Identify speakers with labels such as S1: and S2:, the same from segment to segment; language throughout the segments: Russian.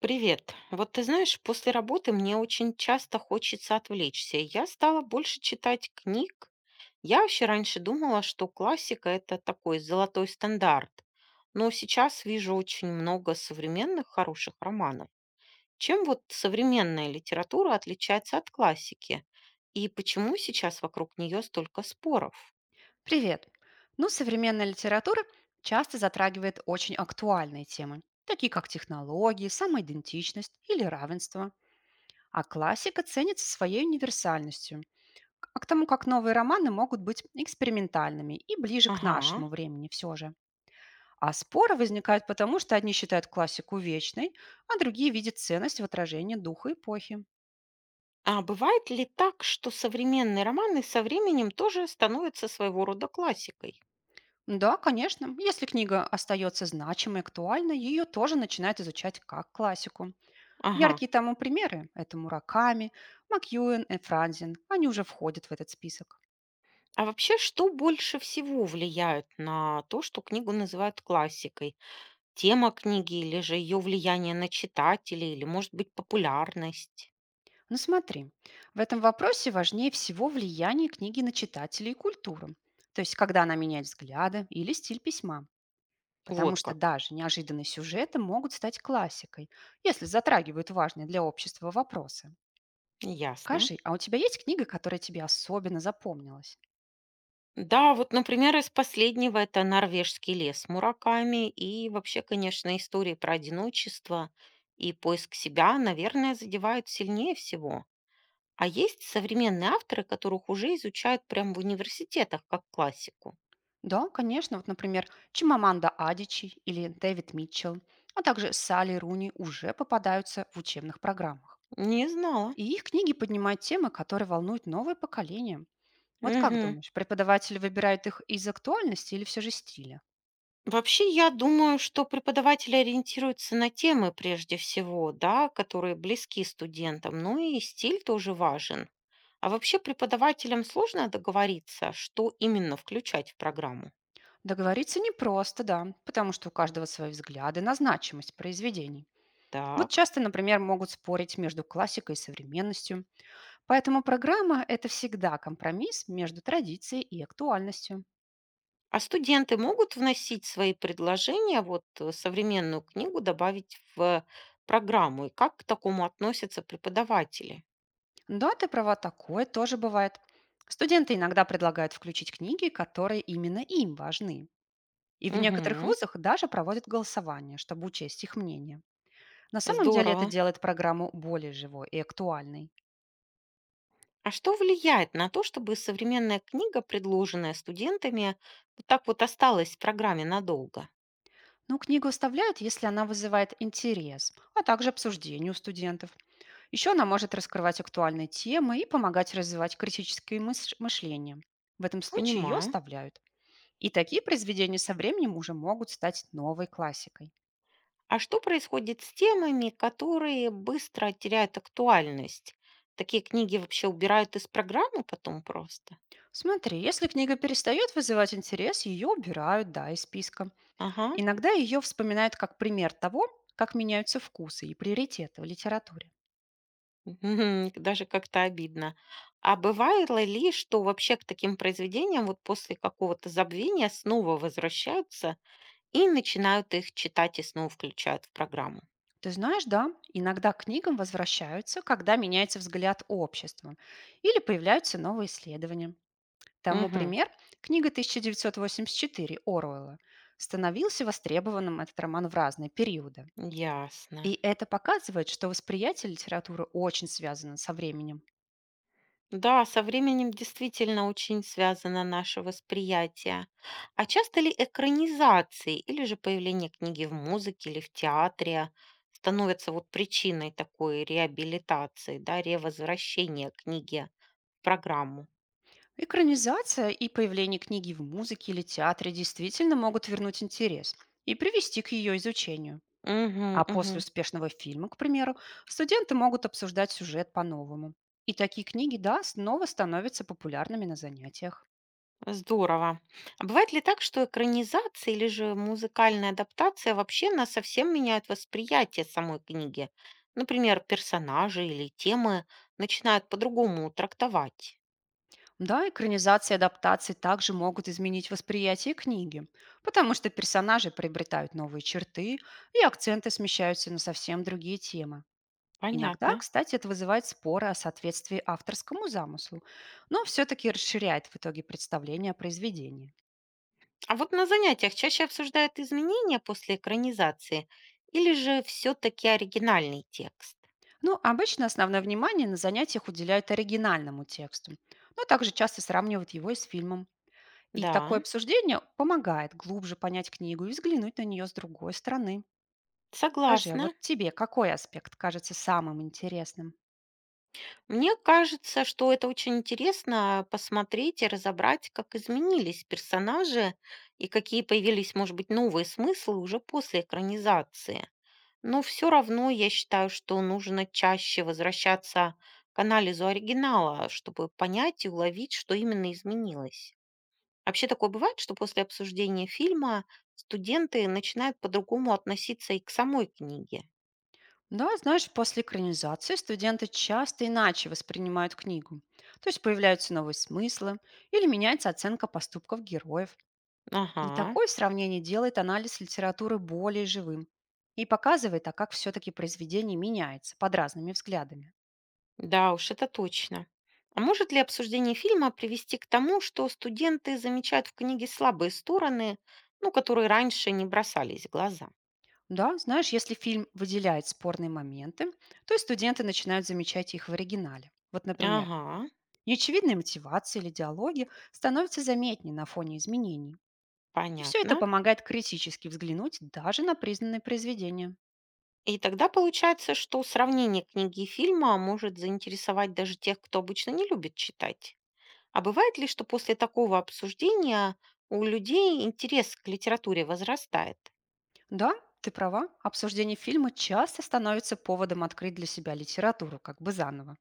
S1: Привет. Вот, ты знаешь, после работы мне очень часто хочется отвлечься. Я стала больше читать книг. Я вообще раньше думала, что классика — это такой золотой стандарт. Но сейчас вижу очень много современных хороших романов. Чем вот современная литература отличается от классики? И почему сейчас вокруг нее столько споров?
S2: Привет! Ну, современная литература часто затрагивает очень актуальные темы, такие как технологии, самоидентичность или равенство. А классика ценится своей универсальностью, а к тому, как новые романы могут быть экспериментальными и ближе к
S1: Ага.
S2: нашему времени все же. А споры возникают потому, что одни считают классику вечной, а другие видят ценность в отражении духа эпохи.
S1: А бывает ли так, что современные романы со временем тоже становятся своего рода классикой?
S2: Да, конечно, если книга остается значимой и актуальной, ее тоже начинают изучать как классику.
S1: Ага.
S2: Яркие тому примеры– это Мураками, Макьюэн и Франзин. Они уже входят в этот список.
S1: А вообще, что больше всего влияет на то, что книгу называют классикой? Тема книги или же ее влияние на читателей, или, может быть, популярность?
S2: Но смотри, в этом вопросе важнее всего влияние книги на читателей и культуру, то есть когда она меняет взгляды или стиль письма. Потому
S1: Вот
S2: что
S1: как.
S2: даже неожиданные сюжеты могут стать классикой, если затрагивают важные для общества вопросы.
S1: Ясно.
S2: Скажи, а у тебя есть книга, которая тебе особенно запомнилась?
S1: Да, вот, например, из последнего это «Норвежский лес» Мураками, и вообще, конечно, истории про одиночество и поиск себя, наверное, задевают сильнее всего. А есть современные авторы, которых уже изучают прямо в университетах как классику?
S2: Да, конечно. Вот, например, Чимаманда Адичи или Дэвид Митчелл, а также Салли Руни уже попадаются в учебных программах.
S1: Не знала.
S2: И их книги поднимают темы, которые волнуют новое поколение. Вот как
S1: Мгм.
S2: думаешь, преподаватели выбирают их из актуальности или все же стиля?
S1: Вообще, я думаю, что преподаватели ориентируются на темы прежде всего, да, которые близки студентам, ну и стиль тоже важен. А вообще преподавателям сложно договориться, что именно включать в программу.
S2: Договориться непросто, да, потому что у каждого свои взгляды на значимость произведений. Вот
S1: Так.
S2: часто, например, могут спорить между классикой и современностью. Поэтому программа– это всегда компромисс между традицией и актуальностью.
S1: А студенты могут вносить свои предложения, вот современную книгу добавить в программу, и как к такому относятся преподаватели?
S2: Да, ты права, такое тоже бывает. Студенты иногда предлагают включить книги, которые именно им важны. И в некоторых
S1: Угу,
S2: вузах даже проводят голосование, чтобы учесть их мнение. На самом деле это
S1: здорово.
S2: делает программу более живой и актуальной.
S1: А что влияет на то, чтобы современная книга, предложенная студентами, вот так вот осталась в программе надолго?
S2: Но книгу оставляют, если она вызывает интерес, а также обсуждение у студентов. Еще она может раскрывать актуальные темы и помогать развивать критическое мышление. В этом случае ее
S1: Понимаю.
S2: оставляют. И такие произведения со временем уже могут стать новой классикой.
S1: А что происходит с темами, которые быстро теряют актуальность? Такие книги вообще убирают из программы потом просто?
S2: Смотри, если книга перестает вызывать интерес, ее убирают, да, из списка.
S1: Ага.
S2: Иногда ее вспоминают как пример того, как меняются вкусы и приоритеты в литературе.
S1: Мгм. Даже как-то обидно. А бывало ли, что вообще к таким произведениям вот после какого-то забвения снова возвращаются и начинают их читать и снова включают в программу?
S2: Ты знаешь, да, иногда к книгам возвращаются, когда меняется взгляд общества или появляются новые исследования. Тому
S1: Мгм.
S2: пример– книга 1984 Оруэлла. Становился востребованным этот роман в разные периоды.
S1: Ясно.
S2: И это показывает, что восприятие литературы очень связано со временем.
S1: Да, со временем действительно очень связано наше восприятие. А часто ли экранизации или же появление книги в музыке или в театре становятся вот причиной такой реабилитации, да, ревозвращения книги в программу?
S2: Экранизация и появление книги в музыке или театре действительно могут вернуть интерес и привести к ее изучению. А после
S1: Угу,
S2: успешного фильма, к примеру, студенты могут обсуждать сюжет по-новому. И такие книги, да, снова становятся популярными на занятиях.
S1: здорово. А бывает ли так, что экранизация или же музыкальная адаптация вообще на совсем меняют восприятие самой книги? Например, персонажи или темы начинают по-другому трактовать.
S2: Да, экранизации и адаптации также могут изменить восприятие книги, потому что персонажи приобретают новые черты и акценты смещаются на совсем другие темы. Иногда,
S1: Понятно.
S2: кстати, это вызывает споры о соответствии авторскому замыслу, но все-таки расширяет в итоге представление о произведении.
S1: А вот на занятиях чаще обсуждают изменения после экранизации или же все-таки оригинальный текст?
S2: Ну, обычно основное внимание на занятиях уделяют оригинальному тексту, но также часто сравнивают его и с фильмом. И такое
S1: Да,
S2: обсуждение помогает глубже понять книгу и взглянуть на нее с другой стороны. Скажи, а вот
S1: согласна.
S2: тебе какой аспект кажется самым интересным?
S1: Мне кажется, что это очень интересно посмотреть и разобрать, как изменились персонажи и какие появились, может быть, новые смыслы уже после экранизации. Но все равно я считаю, что нужно чаще возвращаться к анализу оригинала, чтобы понять и уловить, что именно изменилось. Вообще такое бывает, что после обсуждения фильма студенты начинают по-другому относиться и к самой книге.
S2: Да, знаешь, после экранизации студенты часто иначе воспринимают книгу. То есть появляются новые смыслы или меняется оценка поступков героев. И
S1: Ага.
S2: такое сравнение делает анализ литературы более живым и показывает, а как все-таки произведение меняется под разными взглядами.
S1: Да уж, это точно. А может ли обсуждение фильма привести к тому, что студенты замечают в книге слабые стороны, ну, которые раньше не бросались в глаза?
S2: Да, знаешь, если фильм выделяет спорные моменты, то и студенты начинают замечать их в оригинале. Вот, например,
S1: Ага,
S2: неочевидные мотивации или диалоги становятся заметнее на фоне изменений. И все это
S1: понятно.
S2: помогает критически взглянуть даже на признанные произведения.
S1: И тогда получается, что сравнение книги и фильма может заинтересовать даже тех, кто обычно не любит читать. А бывает ли, что после такого обсуждения у людей интерес к литературе возрастает?
S2: Да, ты права, обсуждение фильма часто становится поводом открыть для себя литературу, как бы заново.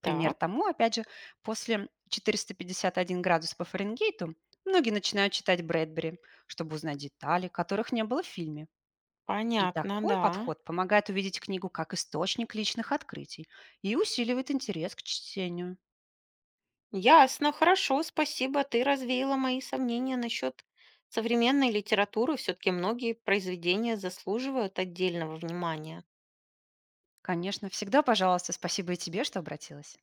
S2: Пример
S1: Так,
S2: тому, опять же, после 451 градус по Фаренгейту многие начинают читать Брэдбери, чтобы узнать детали, которых не было в фильме. И
S1: понятно,
S2: такой
S1: да.
S2: подход помогает увидеть книгу как источник личных открытий и усиливает интерес к чтению.
S1: Ясно, хорошо, спасибо. Ты развеяла мои сомнения насчет современной литературы. Все-таки многие произведения заслуживают отдельного внимания.
S2: Конечно, всегда, пожалуйста, спасибо и тебе, что обратилась.